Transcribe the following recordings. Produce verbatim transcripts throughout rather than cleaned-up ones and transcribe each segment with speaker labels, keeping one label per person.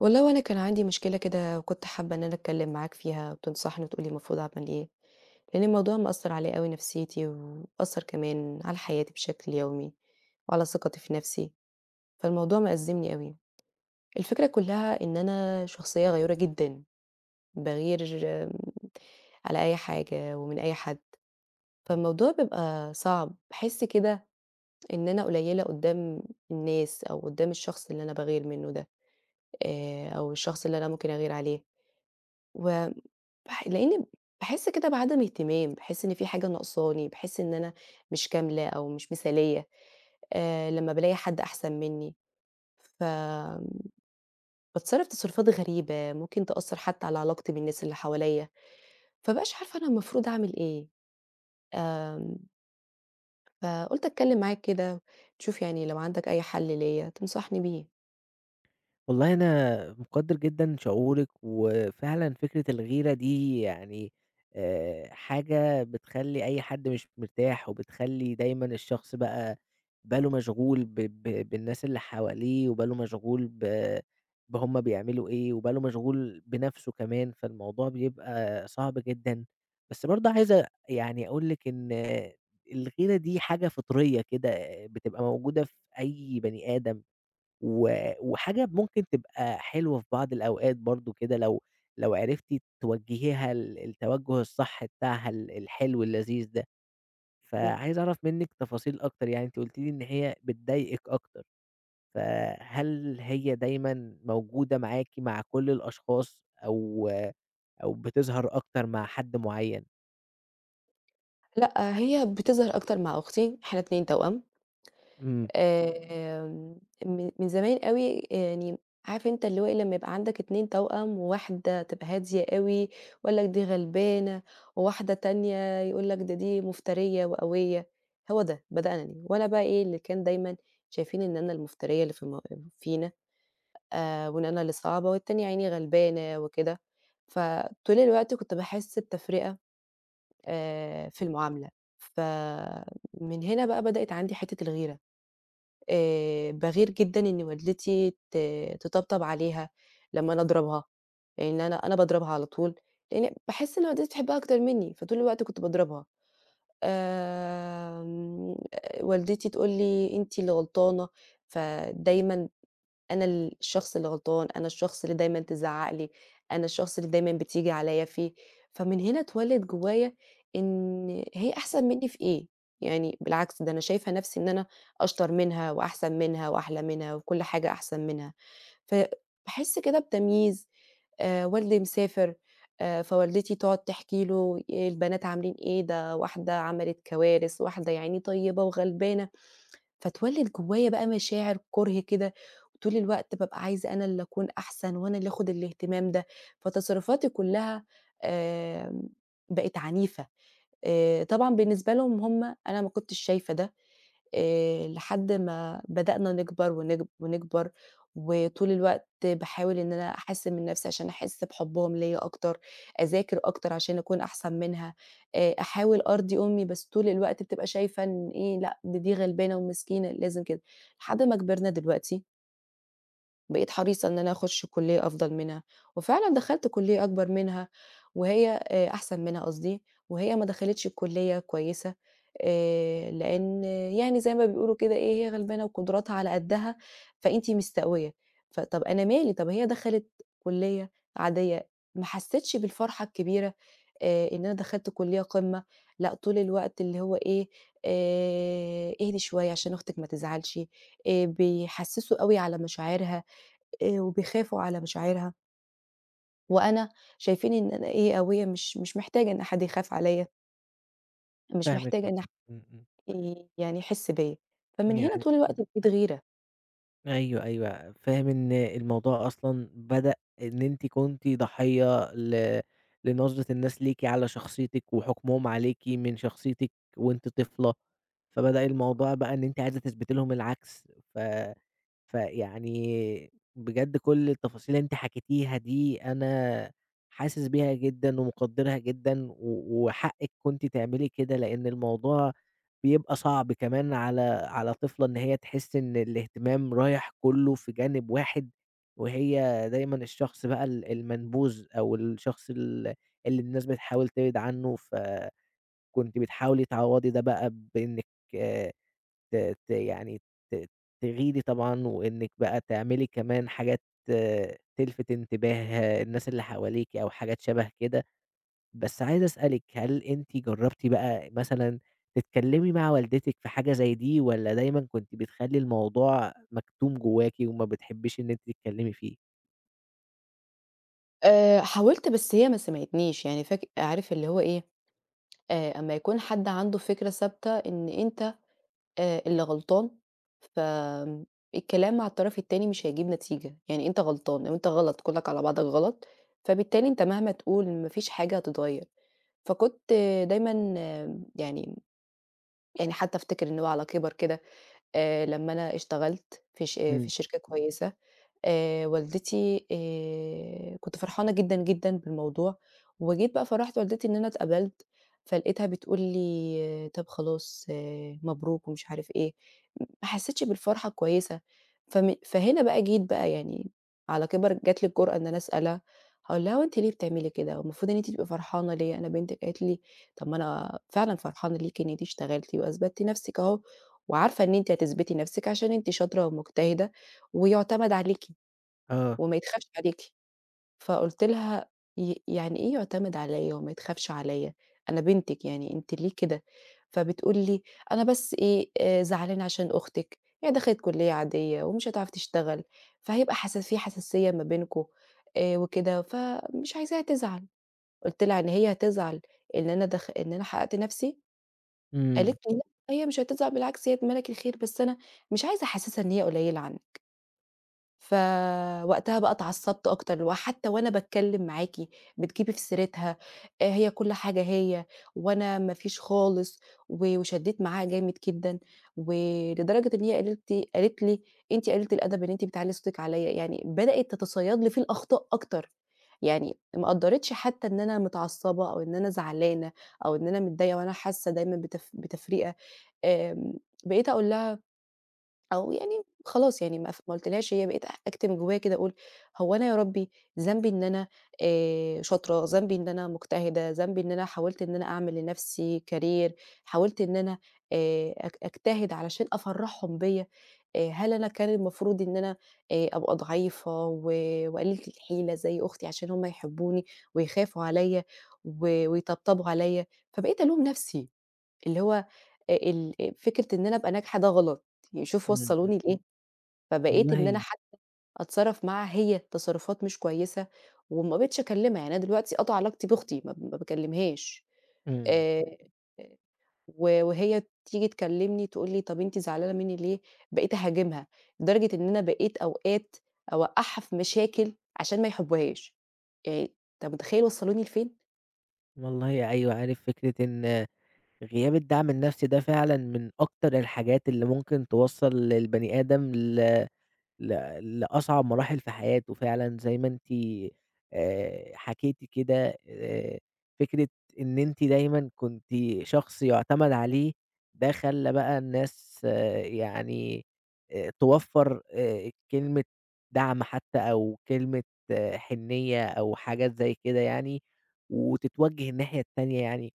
Speaker 1: والله وأنا كان عندي مشكلة كده وكنت حابة إن أنا أتكلم معاك فيها وتنصحني وتقولي المفروض أعمل إيه، لأن الموضوع مأثّر عليَّ أوي نفسيتي وأثّر كمان على حياتي بشكل يومي وعلى ثقتي في نفسي، فالموضوع مأزّمني أوي. الفكرة كلّها إن أنا شخصية غيورة جدًا، باغير على أي حاجة ومن أي حد، فالموضوع بيبقى صعب، باحس كده إن أنا قليّلة قُدّام الناس أو قُدّام الشخص اللي أنا باغير منّه ده آآ أو الشخص اللي أنا ممكن أغير عليه و باح لإن باحس كده بعدم اهتمام، باحس إن في حاجة ناقصاني، باحس إن أنا مش كاملة أو مش مثالية آآ، لمّا بالاقي حد أحسن منّي، فباتصرف تصرفات غريبة ممكن تأثّر حتى على علاقتي بالناس اللي حواليّا، فابقاش عارفة أنا المفروض أعمل إيه، آمم، فقُلت أتكلم معاك كده تشوف يعني لو عندك أي حل ليّا تنصحني بيه.
Speaker 2: والله أنا مقدّر جدًا شعورِك، وفعلًا فكرة الغيرة دي يعني آآ، حاجة بتخلّي أي حد مش مرتاح، وبتخلّي دايمًا الشخص بقى باله مشغول ب ب بالناس اللي حواليه، وباله مشغول ب بهُم بيعملوا إيه، وباله مشغول بنَفْسه كمان، فالموضوع بيبقى صعب جدًا. بس برضه عايز أ يعني أقول لِك إن الغيرة دي حاجة فطرية كده آه، بتبقى موجودة في أي بني آدم. و وحاجة ممكن تبقى حلوة في بعض الأوقات برضه كده لو لو عرفتِ توجّهيها ال التوجُّه الصح بتاعها ال الحلو اللذيذ ده،
Speaker 1: إمم.
Speaker 2: فعايز أعرف منِّك تفاصيل أكتر، يعني أنتِ قُلتِ لي إن هي بتضايقِك أكتر، فهل هي دايمًا موجودة معاكِ مع كل الأشخاص أو أو بتظهر أكتر مع حد معيّن؟
Speaker 1: لأ، هي بتظهر أكتر مع أختي، إحنا الاتنين توأم.
Speaker 2: إمم،
Speaker 1: آمم، من من زمان أوي يعني عارف أنت اللي هو إيه، لمّا يبقى عندك اتنين توأم، وواحدة تبقى هادية أوي، ويقول لك دي غلبانة، وواحدة تانية يقول لك ده دي مفترية وقوية، هو ده بدأنني، وأنا بقى إيه اللي كان دايمًا شايفين إن أنا المفترية اللي في المو فينا، آآ، وإن أنا اللي صعبة، والتانية يا عيني غلبانة وكده، فطول الوقت كنت باحس بتفرقة آآ، في المعاملة، فمن هنا بقى بدأت عندي حتة الغيرة. آآ باغير جدًا إن والدتي ت تطبطب عليها لمّا أنا أضربها، لإن أنا أنا باضربها على طول، لإن باحس إن والدتي بتحبها أكتر منّي، فطول الوقت كنت باضربها. آمم، والدتي تقول لي: "أنتِ اللي غلطانة." فدايمًا أنا ال الشخص اللي غلطان، أنا الشخص اللي دايمًا تزعّق لي، أنا الشخص اللي دايمًا بتيجي عليَّ فيه، فمن هنا اتولد جوايا إن هي أحسن منّي في إيه؟ يعني بالعكس ده أنا شايفة نفسي إن أنا أشطر منها وأحسن منها وأحلى منها وكل حاجة أحسن منها، فباحس كده بتمييز. آآ والدي مسافر، آآ فوالدتي تقعد تحكي له إيه البنات عاملين إيه، ده واحدة عملت كوارث، واحدة يا عيني طيبة وغلبانة، فتولد جوايا بقى مشاعر كره كده، وطول الوقت بابقى عايزة أنا اللي أكون أحسن وأنا اللي آخد الاهتمام ده، فتصرفاتي كلها، آمم، بقت عنيفة. آآ طبعًا بالنسبة لهم هم أنا ما كنتش شايفة ده، آآ لحد ما بدأنا نكبر ونكب ونكبر، وطول الوقت باحاول إن أنا أحسّن من نَفْسي عشان أحس بحُبّهم ليّا أكتر، أذاكر أكتر عشان أكون أحسن منها، آآ أحاول أرضي أمي بس طول الوقت بتبقى شايفة إن إيه، لأ، دي دي غلبانة ومسكينة لازم كده. لحد ما كبرنا دلوقتي بقيت حريصة إن أنا أخُش كُلّية أفضل منها، وفعلًا دخلت كُلّية أكبر منها وهي آآ أحسن منها قصدي، وهي ما دخلتش الكُلّية كويسة آآ لإن يعني زي ما بيقولوا كده إيه، هي غلبانة وقدراتها على قدّها، فأنتِ مستقوية، فطَب أنا مالي، طَب هي دخلت كُلّية عادية، ما حسّيتش بالفرحة الكبيرة آآ إن أنا دخلت كُلّية قمة، لأ طول الوقت اللي هو إيه، آآ اهدي شوية عشان أختِك ما تزعلش، آآ بيحسّسوا أوي على مشاعرها. آآ وبيخافوا على مشاعرها، وأنا شايفينّي إن أنا إيه، قوية مش مش محتاجة إن حد يخاف عليّا، مش
Speaker 2: فاهمِك
Speaker 1: محتاجة إن حد
Speaker 2: والله، إمم، إمم،
Speaker 1: ي يعني يحس بيّا، فمن هنا
Speaker 2: يعني
Speaker 1: طول الوقت إمم. بقيت غيرة.
Speaker 2: أيوه، أيوه، فاهم إن الموضوع أصلًا بدأ إن أنتِ كنتِ ضحية ل لنظرة الناس ليكِ على شخصيتِك وحكمهم عليكِ من شخصيتِك وأنتِ طفلة، فبدأ الموضوع بقى إن أنتِ عايزة تثبتي لهم العكس، ف فيعني بجد كل التفاصيل اللي أنتِ حكيتيها دي أنا حاسس بيها جدًا ومقدّرها جدًا، و وحقِك كنتِ تعملي كده، لإن الموضوع بيبقى صعب كمان على على طفلة إن هي تحس إن الاهتمام رايح كلّه في جانب واحد، وهي دايمًا الشخص بقى ال المنبوذ أو الشخص ال اللي الناس بتحاول تبعد عنّه، فكنتِ بتحاولي تعوّضي ده بقى بإنِّك آه، ت ت يعني ت تغيري طبعًا، وإنِّك بقى تعملي كمان حاجات آه، تلفت انتباه آه، الناس اللي حواليكِ أو حاجات شبه كده، بس عايز أسألِك هل أنتِ جرّبتِ بقى مثلًا تتكلّمي مع والدتِك في حاجة زي دي والّا دايمًا كنتِ بتخلّي الموضوع مكتوم جواكِ وما بتحبّيش إن أنتِ تتكلّمي فيه؟
Speaker 1: آآ حاولت بس هي ما سمعتنيش، يعني فاك عارف اللي هو إيه، آآ أمّا يكون حد عنده فكرة ثابتة إن أنت آآ اللي غلطان، فآمم الكلام مع الطرف التاني مش هيجيب نتيجة، يعني أنت غلطان أو أنت غلط، كُلّك على بعضك غلط، فبالتالي أنت مهما تقول ما فيش حاجة هتتغيّر، فكنت آه، دايمًا آه، يعني يعني حتى أفتكر إن هو على كِبَر كده، آآ لمّا أنا اشتغلت في ش آه، في
Speaker 2: إمم.
Speaker 1: شركة كويسة، آآ والدتي، آآ كنت فرحانة جدًا، جدًا بالموضوع، وجيت بقى فرّحت والدتي إن أنا اتقبلت، فلقيتها بتقول لي: آه، "طب خلاص، آآ مبروك." ومش عارف إيه، ما حسيتش بالفرحة كويسة، فم فهنا بقى جيت بقى يعني على كِبَر جات لي الجرأة إن أنا أسألها، هاقول لها: "هو أنتِ ليه بتعملي كده؟ والمفروض إن أنتِ تبقي فرحانة ليّا أنا بنتِك." قالت لي: "طب ما أنا فعلًا فرحانة ليكِ إن أنتِ اشتغلتِ وأثبتِّ نفسِك أهو، وعارفة إن أنتِ هتثبتي نفسِك عشان أنتِ شاطرة ومجتهدة ويُعتمد عليكِ
Speaker 2: آه.
Speaker 1: وما يتخافش عليكِ، فقُلت لها: "ي يعني إيه يُعتمد عليَّ وما يتخافش عليَّ؟ أنا بنتِك يعني أنتِ ليه كده؟" فبتقول لي: "أنا بس إيه، آآ زعلانة عشان أختِك، هي دخلِت كُلّية عادية ومش هتعرف تشتغل، فهيبقى حسا في حساسية ما بينكم، آآ وكده، فمش عايزاها تزعل." قُلت لها: "إن هي هتزعل إن أنا دخ إن أنا حققت نفسي؟"
Speaker 2: إمم.
Speaker 1: قالت لي: "لأ، هي مش هتزعل بالعكس هي دماغك الخير." بس أنا مش عايزة أحسّسها إن هي قليّلة عني. فوقتها بقى اتعصبت أكتر، وحتى وأنا باتكلّم معاكِ بتجيبي في سيرتها، آآ هي كل حاجة هي، وأنا ما فيش خالص، و وشدّيت معاها جامد جدًا، ولدرجة إن هي قالت لي قالت لي: "أنتِ قليلة الأدب إن أنتِ بتعلّي صوتِك عليَّ." يعني بدأت تتصيّد لي في الأخطاء أكتر، يعني ما قدّرتش حتى إن أنا متعصبة أو إن أنا زعلانة أو إن أنا متضايقة وأنا حاسة دايمًا بتف بتفرقة. آمم بقيت أقول لها أو يعني خلاص يعني ما ف ما قُلتلهاش هي بقيت أح أكتم جوايا كده أقول هو أنا يا ربي ذنبي إن أنا، آآ شاطرة، ذنبي إن أنا مجتهدة، ذنبي إن أنا حاولت إن أنا أعمل لنفسي career، حاولت إن أنا آآ أك أجتهد علشان أفرّحهم بيّا، آآ هل أنا كان المفروض إن أنا آآ أبقى ضعيفة و وقليلة الحيلة زي أختي عشان هم يحبوني ويخافوا عليّا و ويطبطبوا عليّا، فبقيت ألوم نفسي. اللي هو آآ ال فكرة إن أنا أبقى ناجحة ده غلط، يعني شوف
Speaker 2: إمم. إمم.
Speaker 1: وصّلوني لإيه. إمم. فبقيت إن أنا
Speaker 2: والله
Speaker 1: حتى أتصرّف معاها هي تصرُّفات مش كويسة، وما بقيتش أكلّمها، يعني أنا دلوقتي قاطعة علاقتي بأختي ما ما باكلّمهاش،
Speaker 2: إمم.
Speaker 1: آآ و وهي تيجي تكلّمني تقول لي: "طَب أنتِ زعلانة منّي ليه؟" بقيت أهاجمها، لدرجة إن أنا بقيت أوقات أوقّعها في مشاكل عشان ما يحبوهاش، يعني أنت متخيّل وصّلوني لفين؟
Speaker 2: والله أيوه، عارف فكرة إن غياب الدعم النفسي ده فعلًا من أكتر الحاجات اللي ممكن توصّل للبني آدم ل ل لأصعب مراحل في حياته فعلًا زي ما أنتِ آآ حكيتِ كده آآ فكرة إن أنتِ دايمًا كنتِ شخص يُعتمد عليه، ده خلّى بقى الناس آه، يعني آآ توفّر آآ كلمة دعم حتى أو كلمة آه، حنيّة أو حاجات زي كده يعني، وتتوجه الناحية التانية يعني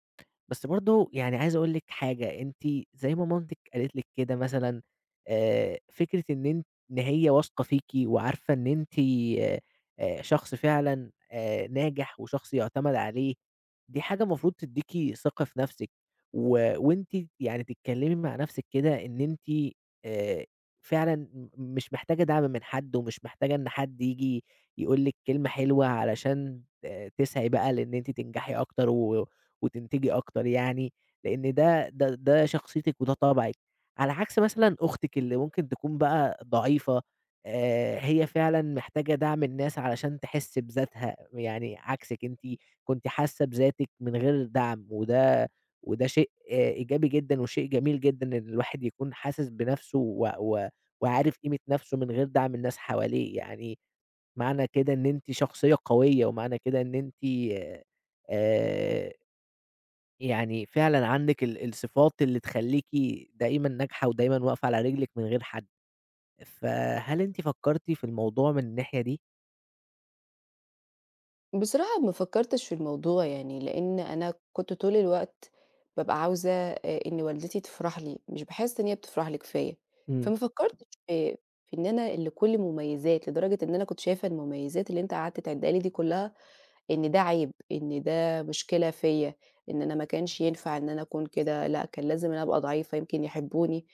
Speaker 2: بس برضه يعني عايز أقول لِك حاجة، أنتِ زي ما مامتِك قالت لِك كده مثلًا آآ، فكرة إن أنتِ إن هي واثقة فيكِ وعارفة إن أنتِ آآ، شخص فعلًا آآ، ناجح وشخص يُعتمد عليه، دي حاجة المفروض تدّيكِ ثقة في نفسِك، و وأنتِ يعني تتكلمي مع نفسِك كده إن أنتِ آآ، فعلًا م مش محتاجة دعم من حد، ومش محتاجة إن حد ييجي يقول لِك كلمة حلوة علشان ت تسعي بقى لإن أنتِ تنجحي أكتر و وتنتجي أكتر يعني، لإن ده ده ده شخصيتِك وده طبعِك، على عكس مثلًا أختِك اللي ممكن تكون بقى ضعيفة، آآ هي فعلًا محتاجة دعم الناس علشان تحس بذاتها، يعني عكسِك أنتِ كنتِ حاسة بذاتِك من غير دعم، وده وده شيء آه، إيجابي جدًا وشيء جميل جدًا إن الواحد يكون حاسس بنفسه و و وعارف قيمة نفسه من غير دعم الناس حواليه، يعني معنى كده إن أنتِ شخصية قوية، ومعنى كده إن أنتِ آآ يعني فعلًا عندِك ال الصفات اللي تخلّيكِ دايمًا ناجحة ودايمًا واقفة على رجلِك من غير حد، فهل أنتِ فكرتِ في الموضوع من الناحية دي؟
Speaker 1: بصراحة ما فكّرتش في الموضوع يعني، لإن أنا كنت طول الوقت بابقى عاوزة آآ إن والدتي تفرح لي، مش باحس إن هي بتفرح لي كفاية،
Speaker 2: إمم،
Speaker 1: فما فكّرتش في في إن أنا اللي كُلّ مميزات، لدرجة إن أنا كنت شايفة المميزات اللي أنت قعدت تعيدها لي دي كُلّها إن ده عيب، إن ده مشكلة فيّا، إن أنا ما كانش ينفع إن أنا أكون كده، لأ كان لازم إن أنا أبقى ضعيفة يمكن يحبوني،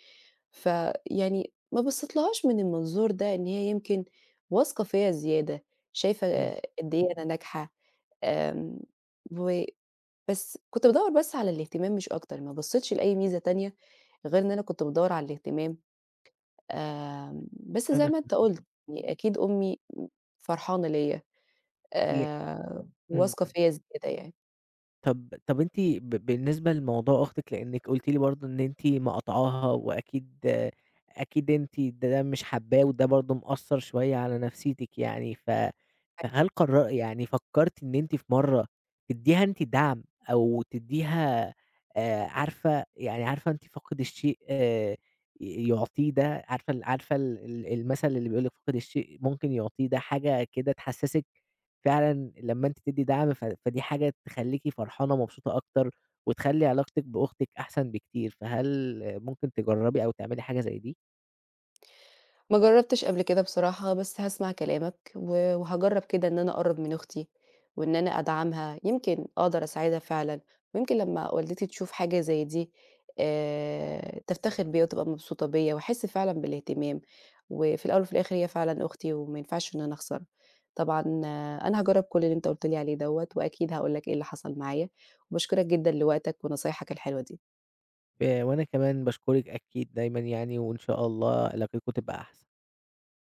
Speaker 1: فيعني ما بصيتلهاش من المنظور ده، إن هي يمكن واثقة فيّا زيادة، شايفة
Speaker 2: إمم.
Speaker 1: آه، قد إيه أنا ناجحة. آمم، و بس كنت بادوّر بس على الاهتمام مش أكتر، ما بصيتش لأي ميزة تانية غير إن أنا كنت بادوّر على الاهتمام، آمم، بس زي
Speaker 2: أنا
Speaker 1: ما أنت
Speaker 2: فاهمك.
Speaker 1: قُلت يعني أكيد أمي فرحانة ليّا،
Speaker 2: ي
Speaker 1: آآ،
Speaker 2: إمم.
Speaker 1: واثقة فيّا زيادة يعني.
Speaker 2: طب طب أنتِ ب بالنسبة لموضوع أختِك لإنِّك قُلتِ لي برضه إن أنتِ مقاطعاها وأكيد أكيد أنتِ ده ده مش حابّاه وده برضه مأثّر شوية على نفسيتِك يعني، ف فهل قرر يعني فكّرتِ إن أنتِ في مرّة تدّيها أنتِ دعم أو تدّيها آآ عارفة يعني عارفة أنتِ فاقد الشيء آآ ي يُعطيه ده، عارفة ال عارفة ال ال المَثل اللي بيقول لِك فاقد الشيء ممكن يُعطيه، ده حاجة كده تحسّسِك فعلًا لمّا أنتِ تدّي دعم ف فدي حاجة تخلّيكِ فرحانة ومبسوطة أكتر، وتخلّي علاقتِك بأختِك أحسن بكتير، فهل ممكن تجرّبي أو تعملي حاجة زي دي؟
Speaker 1: ما جرّبتش قبل كده بصراحة، بس هاسمع كلامك و وهاجرّب كده إن أنا أقرّب من أختي، وإن أنا أدعمها، يمكن أقدر أساعدها فعلًا، ويمكن لمّا والدتي تشوف حاجة زي دي آآ، تفتخر بيّا وتبقى مبسوطة بيّا، وأحس فعلًا بالاهتمام، وفي الأول وفي الآخر هي فعلًا أختي وما ينفعش إن أنا أخسرها. طبعًا آه، أنا هاجرّب كل اللي أنت قُلت لي عليه دوّة، وأكيد هاقول لك إيه اللي حصل معايا، وباشكرك جدًا لوقتك ونصايحك الحلوة دي.
Speaker 2: آآ، وأنا كمان باشكرِك أكيد دايمًا يعني، وإن شاء الله علاقتكم تبقى أحسن.